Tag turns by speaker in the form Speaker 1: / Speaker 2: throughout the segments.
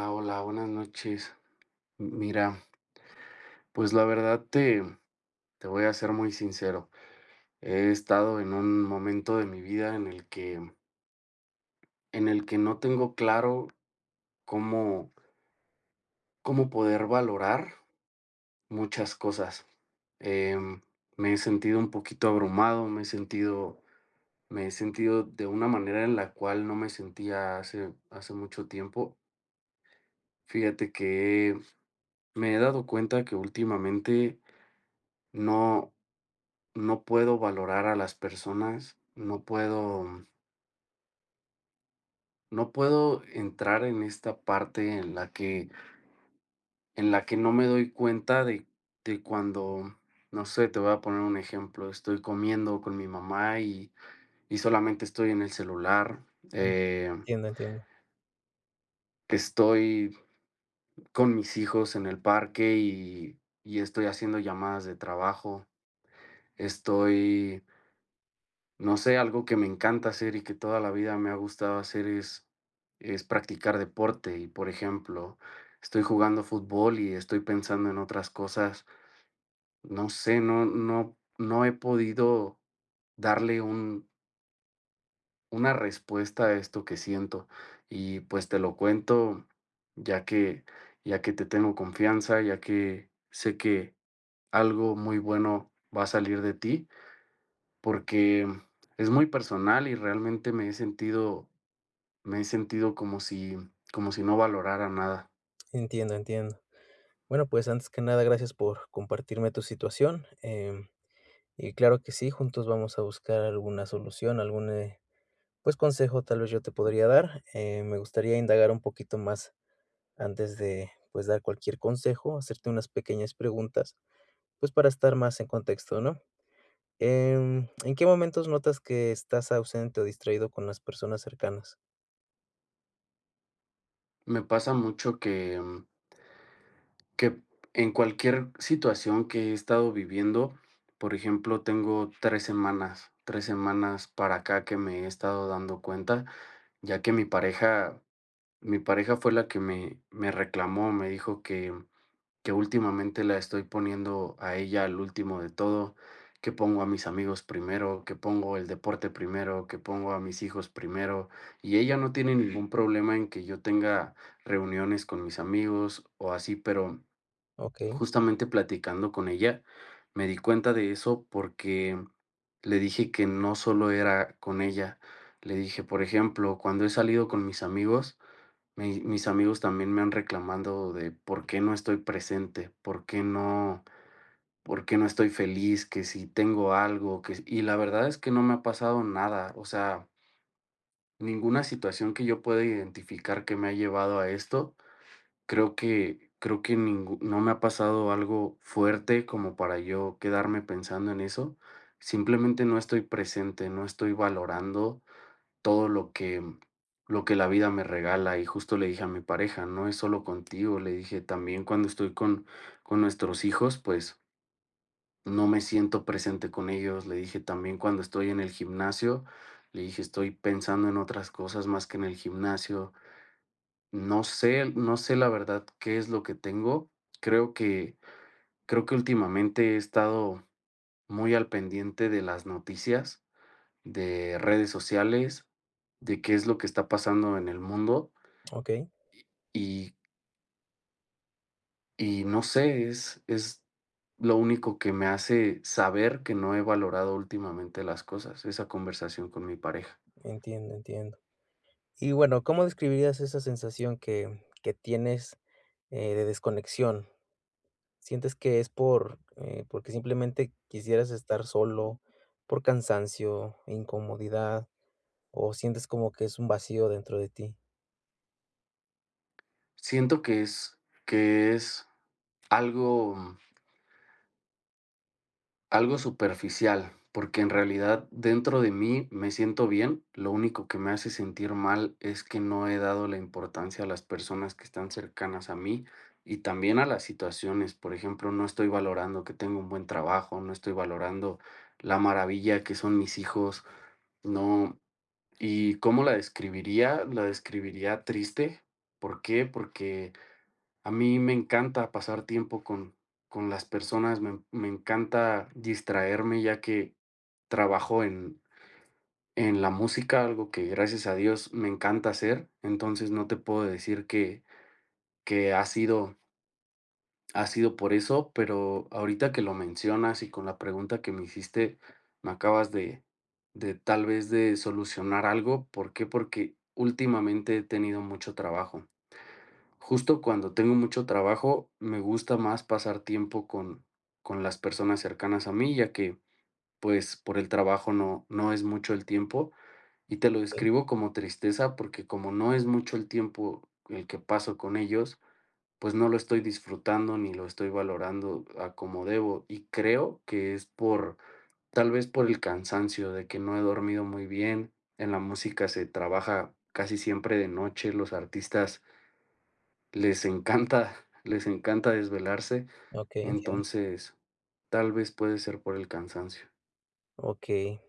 Speaker 1: Ah, hola, buenas noches. Mira, pues la verdad te voy a ser muy sincero. He estado en un momento de mi vida en el que, no tengo claro cómo, cómo poder valorar muchas cosas. Em, Me he sentido un poquito abrumado, me he sentido de una manera en la cual no me sentía hace mucho tiempo. Fíjate que me he dado cuenta que últimamente no. No puedo valorar a las personas, no puedo no puedo entrar en esta parte en la que no me doy cuenta de cuando, no sé, te voy a poner un ejemplo, estoy comiendo con mi mamá y solamente estoy en el celular, eh,
Speaker 2: Entiendo, entiendo.
Speaker 1: estoy con mis hijos en el parque y estoy haciendo llamadas de trabajo. Estoy No sé, algo que me encanta hacer y que toda la vida me ha gustado hacer es practicar deporte y, por ejemplo, estoy jugando fútbol y estoy pensando en otras cosas. No sé, no he podido darle un una respuesta a esto que siento y, pues, te lo cuento ya que ya que te tengo confianza, ya que sé que algo muy bueno va a salir de ti, porque es muy personal y realmente me he sentido como si no valorara nada.
Speaker 2: Entiendo, entiendo. Bueno, pues antes que nada, gracias por compartirme tu situación. Y claro que sí, juntos vamos a buscar alguna solución, algún pues consejo tal vez yo te podría dar. Me gustaría indagar un poquito más antes de pues dar cualquier consejo, hacerte unas pequeñas preguntas, pues para estar más en contexto, ¿no? ¿En qué momentos notas que estás ausente o distraído con las personas cercanas?
Speaker 1: Me pasa mucho que en cualquier situación que he estado viviendo, por ejemplo, tengo 3 semanas, 3 semanas para acá que me he estado dando cuenta, ya que mi pareja fue la que me reclamó, me dijo que últimamente la estoy poniendo a ella al último de todo, que pongo a mis amigos primero, que pongo el deporte primero, que pongo a mis hijos primero, y ella no tiene ningún problema en que yo tenga reuniones con mis amigos o así, pero
Speaker 2: Ok,
Speaker 1: justamente platicando con ella, me di cuenta de eso porque le dije que no solo era con ella, le dije, por ejemplo, cuando he salido con mis amigos, mi mis amigos también me han reclamando de por qué no estoy presente, por qué no estoy feliz, que si tengo algo, que s y la verdad es que no me ha pasado nada, o sea, ninguna situación que yo pueda identificar que me ha llevado a esto, creo que ningu no me ha pasado algo fuerte como para yo quedarme pensando en eso. Simplemente no estoy presente, no estoy valorando todo lo que la vida me regala. Y justo le dije a mi pareja, no es solo contigo, le dije, también cuando estoy con nuestros hijos, pues no me siento presente con ellos. Le dije, también cuando estoy en el gimnasio, le dije, estoy pensando en otras cosas más que en el gimnasio. No sé, no sé la verdad qué es lo que tengo. Creo que Creo que últimamente he estado muy al pendiente de las noticias, de redes sociales, de qué es lo que está pasando en el mundo.
Speaker 2: ok,
Speaker 1: Y y no sé, es lo único que me hace saber que no he valorado últimamente las cosas, esa conversación con mi pareja.
Speaker 2: entiendo, entiendo. Y bueno, ¿cómo describirías esa sensación que tienes, de desconexión? ¿Sientes que es por porque simplemente quisieras estar solo, por cansancio, incomodidad, o sientes como que es un vacío dentro de ti?
Speaker 1: Siento que es algo algo superficial, porque en realidad dentro de mí me siento bien, lo único que me hace sentir mal es que no he dado la importancia a las personas que están cercanas a mí y también a las situaciones. Por ejemplo, no estoy valorando que tengo un buen trabajo, no estoy valorando la maravilla que son mis hijos, no. ¿Y cómo la describiría? La describiría triste. ¿Por qué? Porque a mí me encanta pasar tiempo con las personas, me encanta distraerme ya que trabajo en la música, algo que gracias a Dios me encanta hacer, entonces no te puedo decir que ha sido por eso, pero ahorita que lo mencionas y con la pregunta que me hiciste, me acabas de tal vez de solucionar algo. ¿Por qué? Porque últimamente he tenido mucho trabajo. Justo cuando tengo mucho trabajo, me gusta más pasar tiempo con las personas cercanas a mí, ya que pues por el trabajo no es mucho el tiempo. Y te lo
Speaker 2: Sí,
Speaker 1: describo como tristeza porque como no es mucho el tiempo el que paso con ellos, pues no lo estoy disfrutando ni lo estoy valorando a como debo. Y creo que es por, tal vez por el cansancio de que no he dormido muy bien. En la música se trabaja casi siempre de noche, los artistas les encanta les encanta desvelarse,
Speaker 2: okey, entiendo.
Speaker 1: entonces, tal vez puede ser por el cansancio.
Speaker 2: Okey.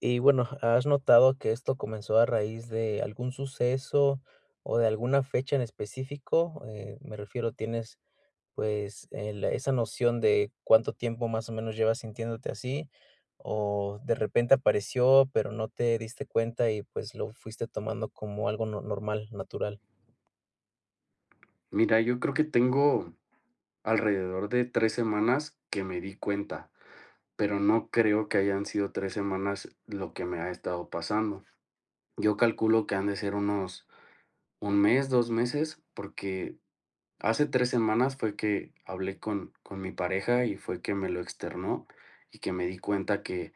Speaker 2: Y bueno, ¿has notado que esto comenzó a raíz de algún suceso o de alguna fecha en específico? Me refiero, ¿tienes pues, la esa noción de cuánto tiempo más o menos llevas sintiéndote así, o de repente apareció, pero no te diste cuenta y, pues, lo fuiste tomando como algo no normal, natural.
Speaker 1: Mira, yo creo que tengo alrededor de 3 semanas que me di cuenta, pero no creo que hayan sido 3 semanas lo que me ha estado pasando. Yo calculo que han de ser unos un mes, 2 meses, porque hace 3 semanas fue que hablé con mi pareja y fue que me lo externó y que me di cuenta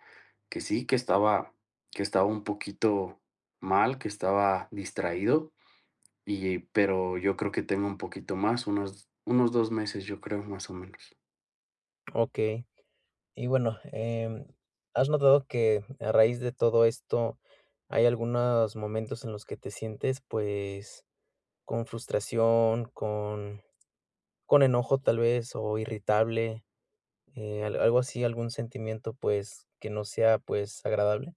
Speaker 1: que sí, que estaba un poquito mal, que estaba distraído y pero yo creo que tengo un poquito más, unos 2 meses, yo creo, más o menos.
Speaker 2: Okey. Y bueno, ¿has notado que a raíz de todo esto hay algunos momentos en los que te sientes, pues, con frustración, con enojo tal vez, o irritable, al algo así, algún sentimiento, pues, que no sea, pues, ¿agradable?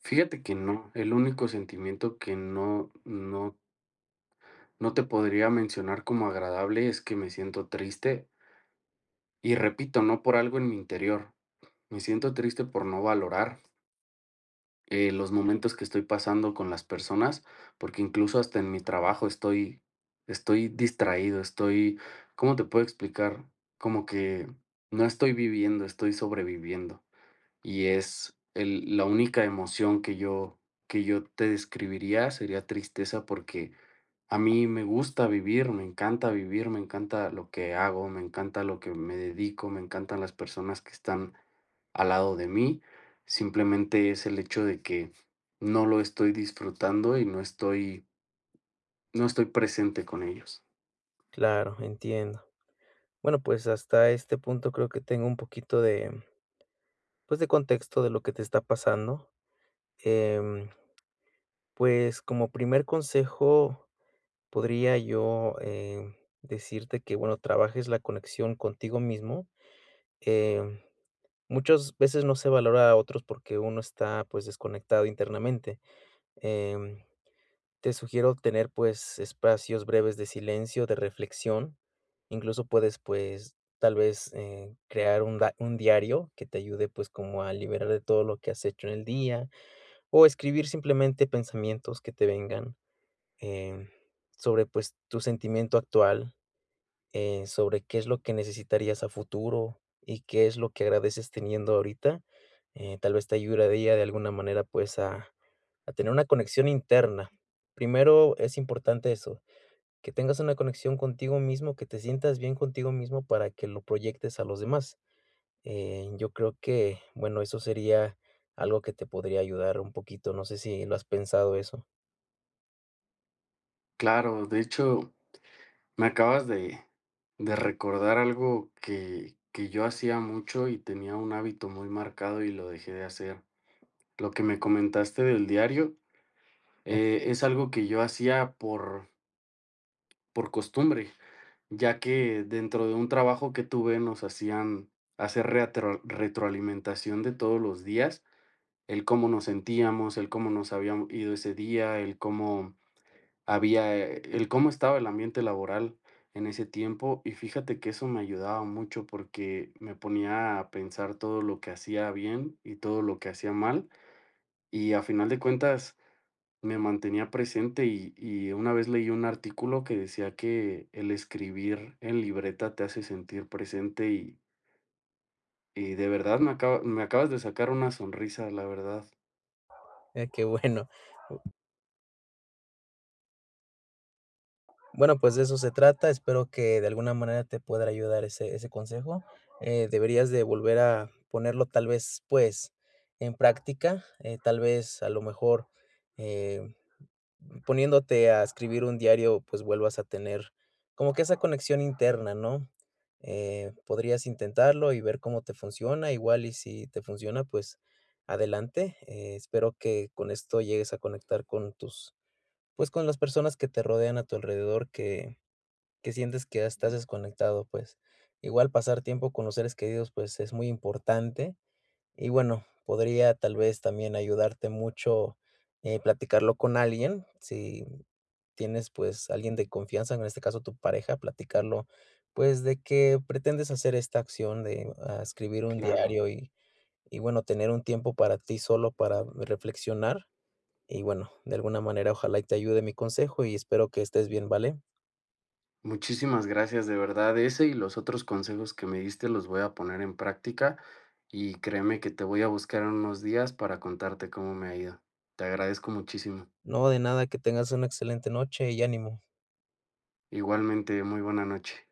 Speaker 1: Fíjate que no, el único sentimiento que no te podría mencionar como agradable es que me siento triste y repito, no por algo en mi interior, me siento triste por no valorar los momentos que estoy pasando con las personas, porque incluso hasta en mi trabajo estoy distraído, ¿cómo te puedo explicar? Como que no estoy viviendo, estoy sobreviviendo. Y es la única emoción que yo te describiría sería tristeza porque a mí me gusta vivir, me encanta lo que hago, me encanta lo que me dedico, me encantan las personas que están al lado de mí, simplemente es el hecho de que no lo estoy disfrutando y no estoy presente con ellos.
Speaker 2: Claro, entiendo. Bueno, pues hasta este punto creo que tengo un poquito de, pues de contexto de lo que te está pasando. Em, pues como primer consejo podría yo decirte que, bueno, trabajes la conexión contigo mismo. Em, Muchas veces no se valora a otros porque uno está pues desconectado internamente. Em, Te sugiero tener, pues, espacios breves de silencio, de reflexión. Incluso puedes, pues, tal vez, crear un da un diario que te ayude, pues, como a liberar de todo lo que has hecho en el día, o escribir simplemente pensamientos que te vengan, em, sobre, pues, tu sentimiento actual, sobre qué es lo que necesitarías a futuro y qué es lo que agradeces teniendo ahorita, tal vez te ayudaría de alguna manera, pues, a tener una conexión interna. Primero es importante eso, que tengas una conexión contigo mismo, que te sientas bien contigo mismo para que lo proyectes a los demás. Yo creo que, bueno, eso sería algo que te podría ayudar un poquito, no sé si lo has pensado eso.
Speaker 1: Claro, de hecho, me acabas de recordar algo que yo hacía mucho y tenía un hábito muy marcado y lo dejé de hacer. Lo que me comentaste del diario,
Speaker 2: Ok,
Speaker 1: es algo que yo hacía por costumbre, ya que dentro de un trabajo que tuve nos hacían hacer reatro retroalimentación de todos los días, el cómo nos sentíamos, el cómo nos habíamos ido ese día, el cómo estaba el ambiente laboral en ese tiempo. Y fíjate que eso me ayudaba mucho porque me ponía a pensar todo lo que hacía bien y todo lo que hacía mal. Y a final de cuentas me mantenía presente y una vez leí un artículo que decía que el escribir en libreta te hace sentir presente y de verdad me acabas de sacar una sonrisa, la verdad.
Speaker 2: qué bueno. Bueno, pues de eso se trata. Espero que de alguna manera te pueda ayudar ese consejo. Deberías de volver a ponerlo tal vez, pues, en práctica, tal vez, a lo mejor, eh, poniéndote a escribir un diario, pues, vuelvas a tener como que esa conexión interna, ¿no? Podrías intentarlo y ver cómo te funciona, igual y si te funciona, pues, adelante. Espero que con esto llegues a conectar con tus pues, con las personas que te rodean a tu alrededor, que sientes que estás desconectado, pues. Igual pasar tiempo con los seres queridos, pues, es muy importante. Y bueno, podría tal vez también ayudarte mucho, platicarlo con alguien, si tienes, pues, alguien de confianza, en este caso tu pareja, platicarlo, pues, de que pretendes hacer esta acción de, ah, escribir un
Speaker 1: Claro.
Speaker 2: diario y bueno, tener un tiempo para ti solo para reflexionar. Y bueno, de alguna manera, ojalá y te ayude mi consejo y espero que estés bien, ¿vale?
Speaker 1: Muchísimas gracias, de verdad. Ese y los otros consejos que me diste los voy a poner en práctica y créeme que te voy a buscar en unos días para contarte cómo me ha ido. Te agradezco muchísimo.
Speaker 2: No, de nada, que tengas una excelente noche y ánimo.
Speaker 1: Igualmente, muy buena noche.